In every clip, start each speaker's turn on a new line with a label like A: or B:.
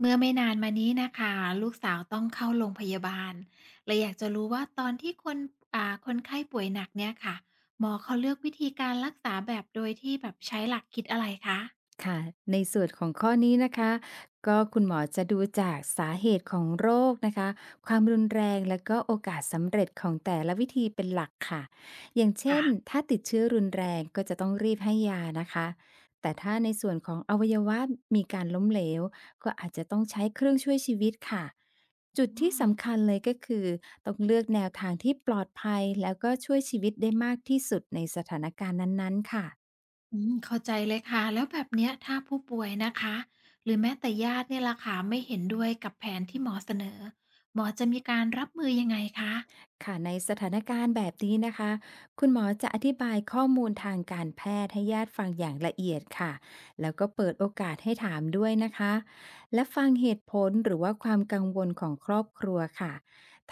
A: เมื่อไม่นานมานี้นะคะลูกสาวต้องเข้าโรงพยาบาลเลยอยากจะรู้ว่าตอนที่คนคนไข้ป่วยหนักเนี่ยค่ะหมอเขาเลือกวิธีการรักษาแบบโดยที่แบบใช้หลักคิดอะไรคะ
B: ค่ะในส่วนของข้อนี้นะคะก็คุณหมอจะดูจากสาเหตุของโรคนะคะความรุนแรงและก็โอกาสสำเร็จของแต่ละวิธีเป็นหลักค่ะอย่างเช่
A: ค่ะ
B: นถ้าติดเชื้อรุนแรงก็จะต้องรีบให้ยานะคะแต่ถ้าในส่วนของอวัยวะมีการล้มเหลวก็อาจจะต้องใช้เครื่องช่วยชีวิตค่ะจุด
A: อ๋อ
B: ที่สำคัญเลยก็คือต้องเลือกแนวทางที่ปลอดภัยแล้วก็ช่วยชีวิตได้มากที่สุดในสถานการณ์นั้นๆค่ะ
A: อืมเข้าใจเลยค่ะแล้วแบบเนี้ยถ้าผู้ป่วยนะคะหรือแม้แต่ญาติเนี่ยล่ะค่ะไม่เห็นด้วยกับแผนที่หมอเสนอหมอจะมีการรับมือยังไงคะ
B: ค่ะในสถานการณ์แบบนี้นะคะคุณหมอจะอธิบายข้อมูลทางการแพทย์ให้ญาติฟังอย่างละเอียดค่ะแล้วก็เปิดโอกาสให้ถามด้วยนะคะและฟังเหตุผลหรือว่าความกังวลของครอบครัวค่ะ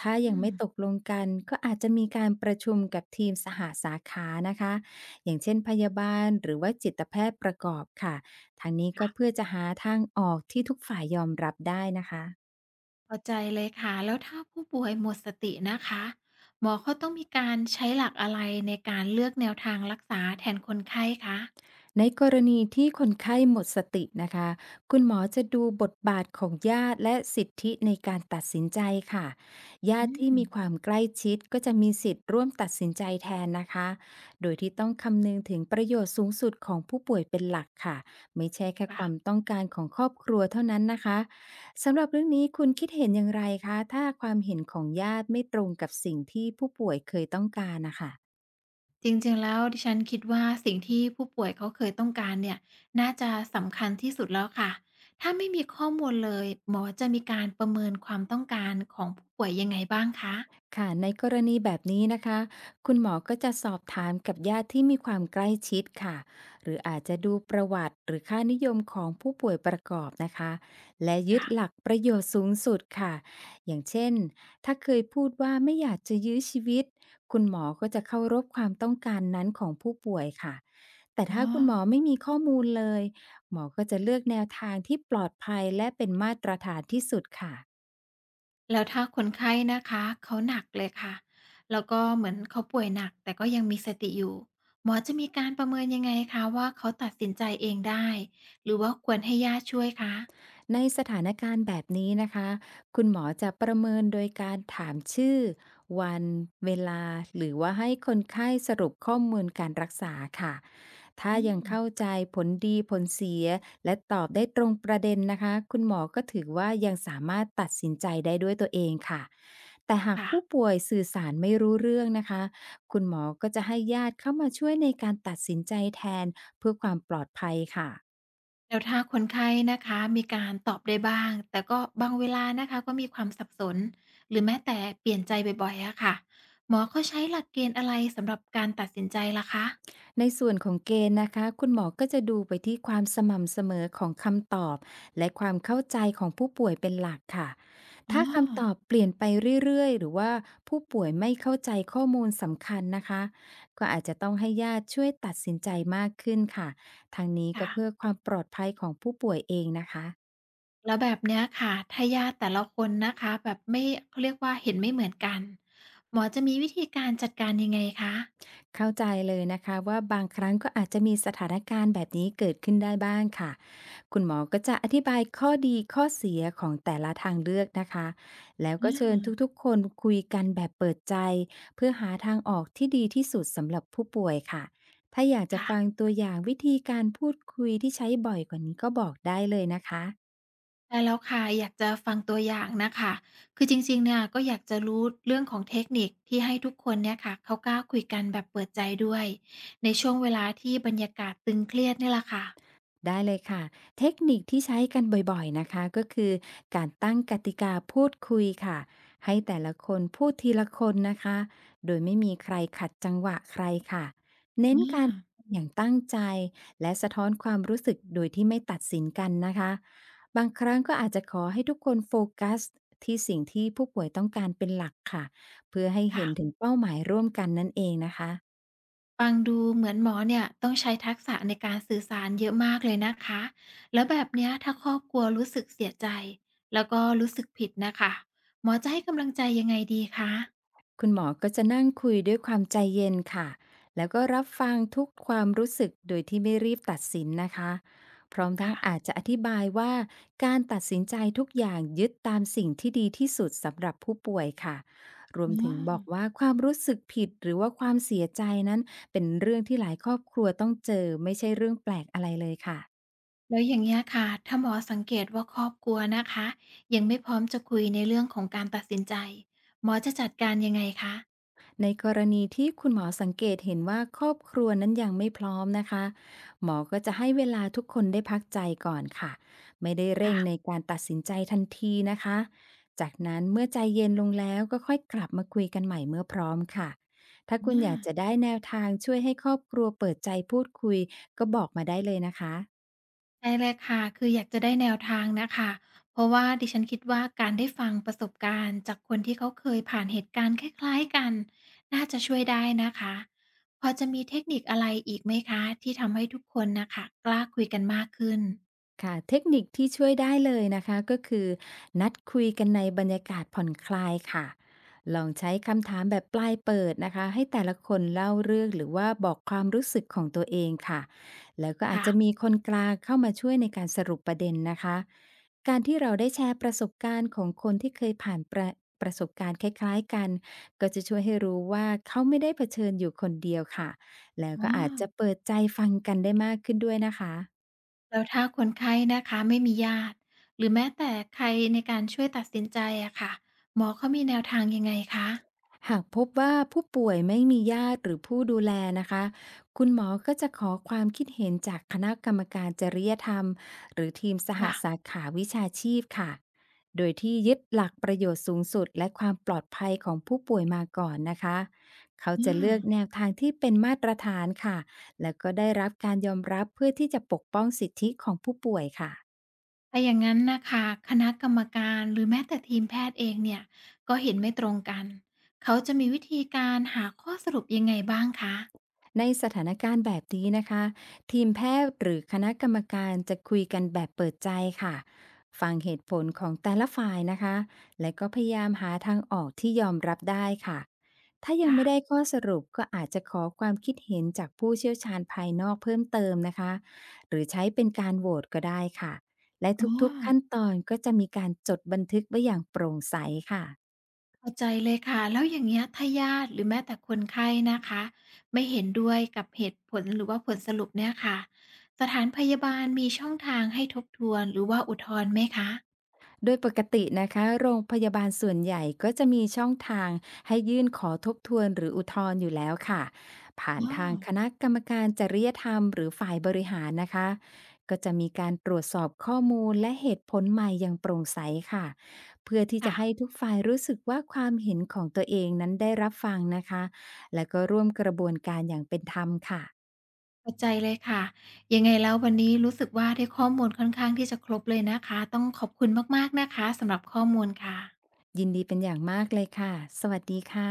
B: ถ้า
A: อื
B: ยัง
A: ม
B: ไม่ตกลงกันก็อาจจะมีการประชุมกับทีมสหาสาขานะคะอย่างเช่นพยาบาลหรือว่าจิตแพทย์ประกอบค่ะทางนี้ก็เพื่อจะหาทางออกที่ทุกฝ่ายยอมรับได้นะคะ
A: เข้าใจเลยค่ะแล้วถ้าผู้ป่วยหมดสตินะคะหมอเขาต้องมีการใช้หลักอะไรในการเลือกแนวทางรักษาแทนคนไข้คะ
B: ในกรณีที่คนไข้หมดสตินะคะคุณหมอจะดูบทบาทของญาติและสิทธิในการตัดสินใจค่ะญา
A: อื
B: ติที่
A: ม
B: มีความใกล้ชิดก็จะมีสิทธิ์ร่วมตัดสินใจแทนนะคะโดยที่ต้องคำนึงถึงประโยชน์สูงสุดของผู้ป่วยเป็นหลักค่ะไม่ใช่แค่ค
A: ค่ะ
B: วามต้องการของครอบครัวเท่านั้นนะคะสำหรับเรื่องนี้คุณคิดเห็นอย่างไรคะถ้าความเห็นของญาติไม่ตรงกับสิ่งที่ผู้ป่วยเคยต้องการนะคะ
A: จริงๆแล้วดิฉันคิดว่าสิ่งที่ผู้ป่วยเขาเคยต้องการเนี่ยน่าจะสำคัญที่สุดแล้วค่ะถ้าไม่มีข้อมูลเลยหมอจะมีการประเมินความต้องการของผู้ป่วยยังไงบ้างคะ
B: ค่ะในกรณีแบบนี้นะคะคุณหมอก็จะสอบถามกับญาติที่มีความใกล้ชิดค่ะหรืออาจจะดูประวัติหรือค่านิยมของผู้ป่วยประกอบนะคะและยึด
A: ค่ะ
B: หลักประโยชน์สูงสุดค่ะอย่างเช่นถ้าเคยพูดว่าไม่อยากจะยื้อชีวิตคุณหมอก็จะเคารพความต้องการนั้นของผู้ป่วยค่ะแต่
A: อ๋อ
B: ถ้าคุณหมอไม่มีข้อมูลเลย หมอก็จะเลือกแนวทางที่ปลอดภัยและเป็นมาตรฐานที่สุดค่ะ
A: แล้วถ้าคนไข้นะคะเขาหนักเลยค่ะแล้วก็เหมือนเขาป่วยหนักแต่ก็ยังมีสติอยู่หมอจะมีการประเมินยังไงคะว่าเขาตัดสินใจเองได้หรือว่าควรให้ญาติช่วยคะ
B: ในสถานการณ์แบบนี้นะคะคุณหมอจะประเมินโดยการถามชื่อวันเวลาหรือว่าให้คนไข้สรุปข้อมูลการรักษาค่ะถ้า
A: อื
B: ยัง
A: ม
B: เข้าใจผลดีผลเสียและตอบได้ตรงประเด็นนะคะคุณหมอก็ถือว่ายังสามารถตัดสินใจได้ด้วยตัวเองค่ะแต่หาก
A: ค่ะ
B: ผู้ป่วยสื่อสารไม่รู้เรื่องนะคะคุณหมอก็จะให้ญาติเข้ามาช่วยในการตัดสินใจแทนเพื่อความปลอดภัยค่ะ
A: แล้วถ้าคนไข้นะคะมีการตอบได้บ้างแต่ก็บางเวลานะคะก็มีความสับสนหรือแม้แต่เปลี่ยนใจบ่อยๆอะค่ะหมอเขาใช้หลักเกณฑ์อะไรสำหรับการตัดสินใจล่ะคะ
B: ในส่วนของเกณฑ์นะคะคุณหมอก็จะดูไปที่ความสม่ำเสมอของคำตอบและความเข้าใจของผู้ป่วยเป็นหลักค่ะ
A: อ๋อ
B: ถ้าคำตอบเปลี่ยนไปเรื่อยๆหรือว่าผู้ป่วยไม่เข้าใจข้อมูลสำคัญนะคะก็อาจจะต้องให้ญาติช่วยตัดสินใจมากขึ้นค่ะทางนี้ก็
A: ค่ะ
B: เพื่อความปลอดภัยของผู้ป่วยเองนะคะ
A: แล้วแบบเนี้ยค่ะถ้าญาติแต่ละคนนะคะแบบไม่เขาเรียกว่าเห็นไม่เหมือนกันหมอจะมีวิธีการจัดการยังไงคะ
B: เข้าใจเลยนะคะว่าบางครั้งก็อาจจะมีสถานการณ์แบบนี้เกิดขึ้นได้บ้างค่ะ คุณหมอก็จะอธิบายข้อดีข้อเสียของแต่ละทางเลือกนะคะ แล้ว
A: อ
B: ก็เชิญทุ
A: า
B: กๆคนคุยกันแบบเปิดใจเพื่อหาทางออกที่ดีที่สุดสำหรับผู้ป่วยค่ะ ถ้าอยากจะ
A: ค่ะ
B: ฟังตัวอย่างวิธีการพูดคุยที่ใช้บ่อยกว่านี้ก็บอกได้เลยนะคะ
A: ใช่แล้วค่ะอยากจะฟังตัวอย่างน่ะค่ะคือจริงๆเนี่ยก็อยากจะรู้เรื่องของเทคนิคที่ให้ทุกคนเนี่ยค่ะเขากล้าคุยกันแบบเปิดใจด้วยในช่วงเวลาที่บรรยากาศตึงเครียดเนี่ยล่ะค่ะ
B: ได้เลยค่ะเทคนิคที่ใช้กันบ่อยๆนะคะก็คือการตั้งกติกาพูดคุยค่ะให้แต่ละคนพูดทีละคนนะคะโดยไม่มีใครขัดจังหวะใครค่ะเน้
A: อ
B: นการ
A: า
B: อย่างตั้งใจและสะท้อนความรู้สึกโดยที่ไม่ตัดสินกันนะคะบางครั้งก็อาจจะขอให้ทุกคนโฟกัสที่สิ่งที่ผู้ป่วยต้องการเป็นหลักค่ะเพื่อให้
A: ค่ะ
B: เห็นถึงเป้าหมายร่วมกันนั่นเองนะคะ
A: ฟังดูเหมือนหมอเนี่ยต้องใช้ทักษะในการสื่อสารเยอะมากเลยนะคะแล้วแบบเนี้ยถ้าครอบครัวรู้สึกเสียใจแล้วก็รู้สึกผิดนะคะหมอจะให้กำลังใจยังไงดีคะ
B: คุณหมอก็จะนั่งคุยด้วยความใจเย็นค่ะแล้วก็รับฟังทุกความรู้สึกโดยที่ไม่รีบตัดสินนะคะพร้อมทั้
A: ค่ะ
B: งอาจจะอธิบายว่าการตัดสินใจทุกอย่างยึดตามสิ่งที่ดีที่สุดสำหรับผู้ป่วยค่ะ รว
A: อ๋
B: มถึ
A: อ
B: งบอกว่าความรู้สึกผิดหรือว่าความเสียใจนั้นเป็นเรื่องที่หลายครอบครัวต้องเจอไม่ใช่เรื่องแปลกอะไรเลยค่ะ
A: แล้วอย่างเงี้ยค่ะถ้าหมอสังเกตว่าครอบครัวนะคะยังไม่พร้อมจะคุยในเรื่องของการตัดสินใจหมอจะจัดการยังไงคะ
B: ในกรณีที่คุณหมอสังเกตเห็นว่าครอบครัวนั้นยังไม่พร้อมนะคะหมอก็จะให้เวลาทุกคนได้พักใจก่อนค่ะไม่ได้เร่
A: ค่ะ
B: งในการตัดสินใจทันทีนะคะจากนั้นเมื่อใจเย็นลงแล้วก็ค่อยกลับมาคุยกันใหม่เมื่อพร้อมค่ะถ้าคุณอยาก
A: อา
B: จะได้แนวทางช่วยให้ครอบครัวเปิดใจพูดคุยก็บอกมาได้เลยนะคะ
A: ได้เลยค่ะ คืออยากจะได้แนวทางนะคะ เพราะว่าดิฉันคิดว่าการได้ฟังประสบการณ์จากคนที่เขาเคยผ่านเหตุการณ์คล้ายๆกันน่าจะช่วยได้นะคะ พอจะมีเทคนิคอะไรอีกไหมคะที่ทำให้ทุกคนนะคะกล้าคุยกันมากขึ้น
B: ค่ะเทคนิคที่ช่วยได้เลยนะคะก็คือนัดคุยกันในบรรยากาศผ่อนคลายค่ะลองใช้คำถามแบบปลายเปิดนะคะให้แต่ละคนเล่าเรื่องหรือว่าบอกความรู้สึกของตัวเองค่ะแล้วก็อาจ
A: ค่ะ
B: จะมีคนกลางเข้ามาช่วยในการสรุปประเด็นนะคะการที่เราได้แชร์ประสบการณ์ของคนที่เคยผ่านประสบการณ์คล้ายๆกันก็จะช่วยให้รู้ว่าเขาไม่ได้เผชิญอยู่คนเดียวค่ะแล้ว
A: อ๋อ
B: ก็อาจจะเปิดใจฟังกันได้มากขึ้นด้วยนะคะ
A: แล้วถ้าคนไข้นะคะไม่มีญาติหรือแม้แต่ใครในการช่วยตัดสินใจอะค่ะหมอเขามีแนวทางยังไงคะ
B: หากพบว่าผู้ป่วยไม่มีญาติหรือผู้ดูแลนะคะ คุณหมอก็จะขอความคิดเห็นจากคณะกรรมการจริยธรรมหรือทีมสห
A: ค่ะ
B: สาขาวิชาชีพค่ะโดยที่ยึดหลักประโยชน์สูงสุดและความปลอดภัยของผู้ป่วยมาก่อนนะคะเขาจะ
A: อา
B: เลือกแนวทางที่เป็นมาตรฐานค่ะแล้วก็ได้รับการยอมรับเพื่อที่จะปกป้องสิทธิของผู้ป่วยค่ะ
A: ถ้าอย่างนั้นนะคะคณะกรรมการหรือแม้แต่ทีมแพทย์เองเนี่ยก็เห็นไม่ตรงกันเขาจะมีวิธีการหาข้อสรุปยังไงบ้างคะ
B: ในสถานการณ์แบบนี้นะคะทีมแพทย์หรือคณะกรรมการจะคุยกันแบบเปิดใจค่ะฟังเหตุผลของแต่ละฝ่ายนะคะและก็พยายามหาทางออกที่ยอมรับได้ค่ะถ้ายัง
A: ค่ะ
B: ไม่ได้ข้อสรุปก็อาจจะขอความคิดเห็นจากผู้เชี่ยวชาญภายนอกเพิ่มเติมนะคะหรือใช้เป็นการโหวตก็ได้ค่ะและ
A: อ๋อ
B: ทุกๆขั้นตอนก็จะมีการจดบันทึกไว้อย่างโปร่งใสค่ะ
A: เข้าใจเลยค่ะแล้วอย่างเงี้ยถ้าญาติหรือแม้แต่คนไข้นะคะไม่เห็นด้วยกับเหตุผลหรือว่าผลสรุปเนี่ยค่ะสถานพยาบาลมีช่องทางให้ทบทวนหรือว่าอุทธรณ์ไหมคะ
B: โดยปกตินะคะโรงพยาบาลส่วนใหญ่ก็จะมีช่องทางให้ยื่นขอทบทวนหรืออุทธรณ์อยู่แล้วค่ะผ่าน
A: อ๋อ
B: ทางคณะกรรมการจริยธรรมหรือฝ่ายบริหารนะคะก็จะมีการตรวจสอบข้อมูลและเหตุผลใหม่อย่างโปร่งใสค่ะเพื่อที่
A: ค่ะ
B: จะให้ทุกฝ่ายรู้สึกว่าความเห็นของตัวเองนั้นได้รับฟังนะคะและก็ร่วมกระบวนการอย่างเป็นธรรมค่ะ
A: เข้าใจเลยค่ะยังไงแล้ววันนี้รู้สึกว่าได้ข้อมูลค่อนข้างที่จะครบเลยนะคะต้องขอบคุณมากๆนะคะสำหรับข้อมูลค่ะ
B: ยินดีเป็นอย่างมากเลยค่ะสวัสดีค่ะ